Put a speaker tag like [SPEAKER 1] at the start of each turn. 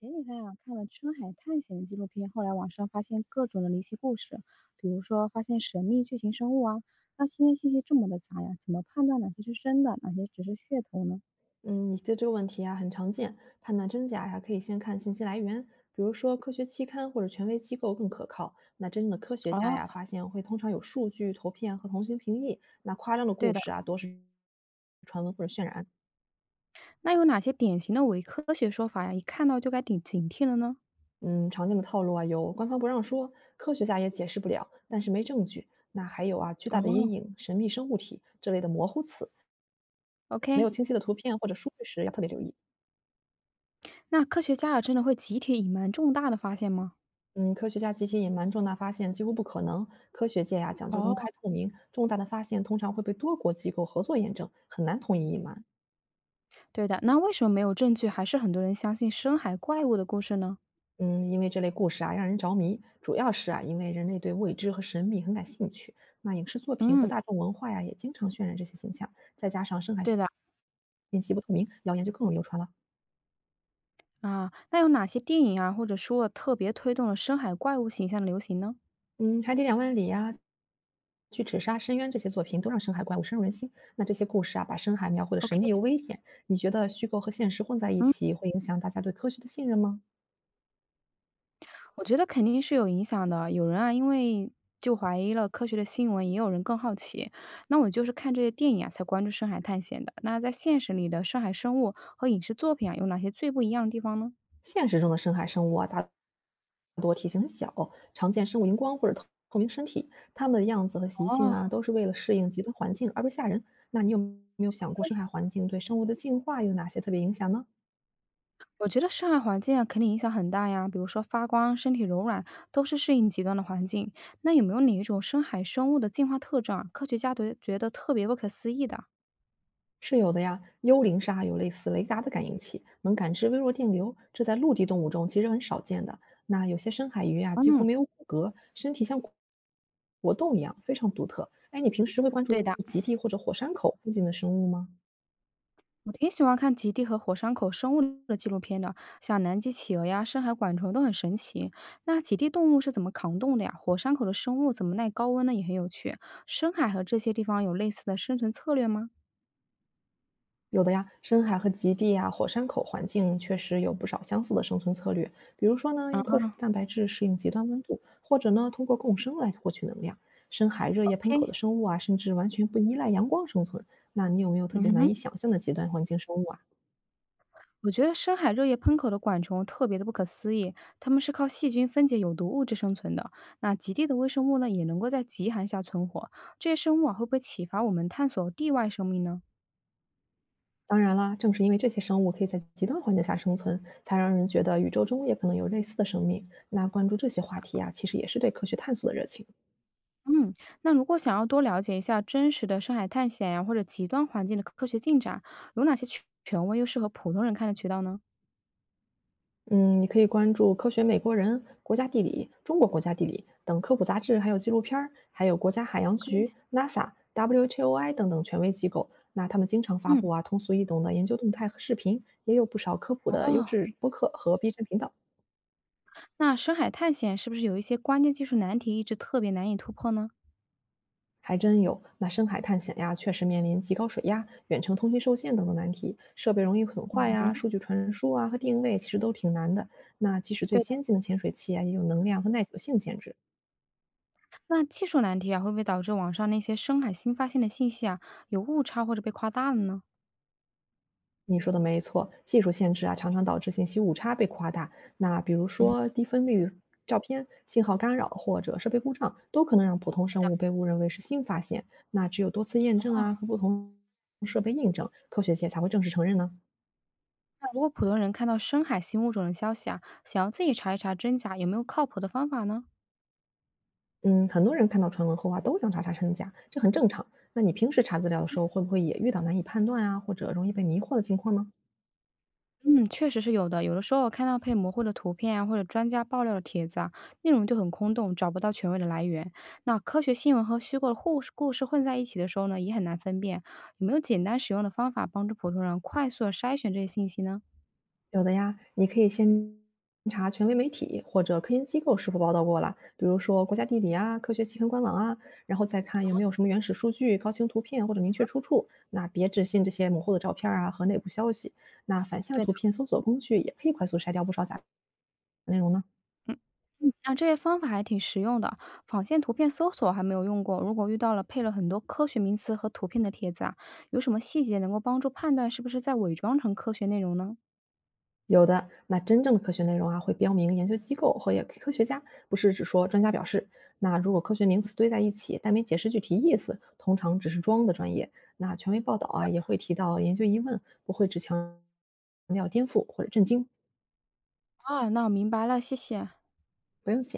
[SPEAKER 1] 前几天啊，看了深海探险的纪录片，后来网上发现各种的离奇故事，比如说发现神秘巨型生物啊。那现在信息这么的杂呀，怎么判断哪些是真的，哪些只是噱头呢？
[SPEAKER 2] 嗯，你的这个问题啊很常见，判断真假呀、可以先看信息来源，比如说科学期刊或者权威机构更可靠。那真正的科学家呀，
[SPEAKER 1] 哦，
[SPEAKER 2] 发现会通常有数据、图片和同行评议。那夸张的
[SPEAKER 1] 对
[SPEAKER 2] 故
[SPEAKER 1] 的。
[SPEAKER 2] 事啊，多是传闻或者渲染。
[SPEAKER 1] 那有哪些典型的伪科学说法呀？一看到就该警惕了呢？
[SPEAKER 2] 嗯，常见的套路啊，有官方不让说，科学家也解释不了，但是没证据。那还有啊，巨
[SPEAKER 1] 哦
[SPEAKER 2] 大的阴影、神秘生物体这类的模糊词，没有
[SPEAKER 1] ？OK，
[SPEAKER 2] 清晰的图片或者数据时，要特别留意。
[SPEAKER 1] 那科学家啊真的会集体隐瞒重大的发现吗？
[SPEAKER 2] 嗯，科学家集体隐瞒重大发现几乎不可能。科学界呀、讲究公开
[SPEAKER 1] 哦，
[SPEAKER 2] 透明，重大的发现通常会被多国机构合作验证，很难统一隐瞒。
[SPEAKER 1] 对的。那为什么没有证据，还是很多人相信深海怪物的故事呢？
[SPEAKER 2] 嗯，因为这类故事啊让人着迷，主要是啊因为人类对未知和神秘很感兴趣。那影视作品和
[SPEAKER 1] 嗯，
[SPEAKER 2] 大众文化呀也经常渲染这些形象，再加上深海
[SPEAKER 1] 对的。
[SPEAKER 2] 信息不透明，谣言就更容易流传了。
[SPEAKER 1] 啊，那有哪些电影啊或者说特别推动了深海怪物形象的流行呢
[SPEAKER 2] 嗯，《海底两万里》呀、巨齿鲨、深渊》这些作品都让深海怪物深入人心。那这些故事啊，把深海描绘的神秘又
[SPEAKER 1] ？OK。
[SPEAKER 2] 危险。你觉得虚构和现实混在一
[SPEAKER 1] 嗯，
[SPEAKER 2] 起，会影响大家对科学的信任吗？
[SPEAKER 1] 我觉得肯定是有影响的。有人啊，因为就怀疑了科学的新闻，也有人更好奇。那我就是看这些电影啊，才关注深海探险的。那在现实里的深海生物和影视作品啊，有哪些最不一样的地方呢？
[SPEAKER 2] 现实中的深海生物啊，大多体型很小，常见生物荧光或者透明身体。它们的样子和习性啊，
[SPEAKER 1] 哦，
[SPEAKER 2] 都是为了适应极端环境而不是吓人。那你有没有想过，深海环境对生物的进化有哪些特别影响呢？
[SPEAKER 1] 我觉得深海环境啊，肯定影响很大呀。比如说发光、身体柔软，都是适应极端的环境。那有没有哪一种深海生物的进化特征啊，科学家觉得特别不可思议的？
[SPEAKER 2] 是有的呀，幽灵鲨有类似雷达的感应器，能感知微弱电流，这在陆地动物中其实很少见的。那有些深海鱼啊，几乎
[SPEAKER 1] 嗯。
[SPEAKER 2] 没有骨骼，身体像果冻一样，非常独特。哎，你平时会关
[SPEAKER 1] 对的，
[SPEAKER 2] 注极地或者火山口附近的生物吗？
[SPEAKER 1] 我挺喜欢看极地和火山口生物的纪录片的，像南极企鹅呀、深海管虫都很神奇。那极地动物是怎么扛冻的呀？火山口的生物怎么耐高温呢？也很有趣。深海和这些地方有类似的生存策略吗？
[SPEAKER 2] 有的呀，深海和极地啊、火山口环境确实有不少相似的生存策略。比如说呢，
[SPEAKER 1] 啊
[SPEAKER 2] 用特殊的蛋白质适应极端温度，或者呢，通过共生来获取能量。深海热液喷口
[SPEAKER 1] ，OK。
[SPEAKER 2] 的生物啊，甚至完全不依赖阳光生存。那你有没有特
[SPEAKER 1] 嗯
[SPEAKER 2] 别难
[SPEAKER 1] 哼，
[SPEAKER 2] 以想象的极端环境生物啊？
[SPEAKER 1] 我觉得深海热液喷口的管虫特别的不可思议，它们是靠细菌分解有毒物质生存的。那极地的微生物呢，也能够在极寒下存活，这些生物啊会不会启发我们探索地外生命呢？
[SPEAKER 2] 当然啦，正是因为这些生物可以在极端环境下生存，才让人觉得宇宙中也可能有类似的生命。那关注这些话题啊，其实也是对科学探索的热情。
[SPEAKER 1] 嗯，那如果想要多了解一下真实的深海探险呀，或者极端环境的科学进展，有哪些权威又适合普通人看的渠道呢？
[SPEAKER 2] 嗯，你可以关注《科学美国人》《国家地理》《中国国家地理》等科普杂志，还有纪录片儿，还有国家海洋局、NASA、WHOI 等等权威机构。那他们经常发
[SPEAKER 1] 嗯，
[SPEAKER 2] 布啊通俗易懂的研究动态和视频，也有不少科普的优
[SPEAKER 1] 哦，
[SPEAKER 2] 质播客和 B 站频道，
[SPEAKER 1] 那深海探险是不是有一些关键技术难题一直特别难以突破呢？
[SPEAKER 2] 还真有。那深海探险呀，确实面临极高水压、远程通信受限等等难题，设备容易损坏
[SPEAKER 1] 嗯，
[SPEAKER 2] 呀，数据传输啊和定位其实都挺难的。那即使最
[SPEAKER 1] 对
[SPEAKER 2] 先
[SPEAKER 1] 的。
[SPEAKER 2] 进的潜水器啊，也有能量和耐久性限制。
[SPEAKER 1] 那技术难题啊，会不会导致网上那些深海新发现的信息啊有误差或者被夸大了呢？
[SPEAKER 2] 你说的没错，技术限制啊，常常导致信息误差被夸大。那比如说低分辨率照片、信号干扰或者设备故障，都可能让普通
[SPEAKER 1] 对
[SPEAKER 2] 生
[SPEAKER 1] 的，
[SPEAKER 2] 物被误认为是新发现。那只有多次验证
[SPEAKER 1] 哦，
[SPEAKER 2] 啊和不同设备印证，科学界才会正式承认呢。
[SPEAKER 1] 那如果普通人看到深海新物种的消息啊，想要自己查一查真假，有没有靠谱的方法呢？
[SPEAKER 2] 嗯，很多人看到传闻后啊，都想查查真假，这很正常。那你平时查资料的时候，会不会也遇到难以判断啊，或者容易被迷惑的情况呢？
[SPEAKER 1] 嗯，确实是有的。有的时候我看到配模糊的图片啊，或者专家爆料的帖子啊，内容就很空洞，找不到权威的来源。那科学新闻和虚构的故事混在一起的时候呢，也很难分辨。有没有简单使用的方法帮助普通人快速的筛选这些信息呢？
[SPEAKER 2] 有的呀，你可以先查权威媒体或者科研机构是否报道过了，比如说国家地理啊、科学期刊官网啊，然后再看有没有什么原始数据、高清图片或者明确出处。那别只信这些模糊的照片啊和内部消息。那反向
[SPEAKER 1] 对的。
[SPEAKER 2] 图片搜索工具也可以快速筛掉不少假内容呢。
[SPEAKER 1] 嗯。嗯，那这些方法还挺实用的，仿现图片搜索还没有用过。如果遇到了配了很多科学名词和图片的帖子啊，有什么细节能够帮助判断是不是在伪装成科学内容呢？
[SPEAKER 2] 有的，那真正的科学内容啊，会标明研究机构和也科学家，不是只说专家表示。那如果科学名词堆在一起，但没解释具体意思，通常只是装的专业。那权威报道啊，也会提到研究疑问，不会只强调颠覆或者震惊，
[SPEAKER 1] 啊，那我明白了，谢谢。
[SPEAKER 2] 不用写。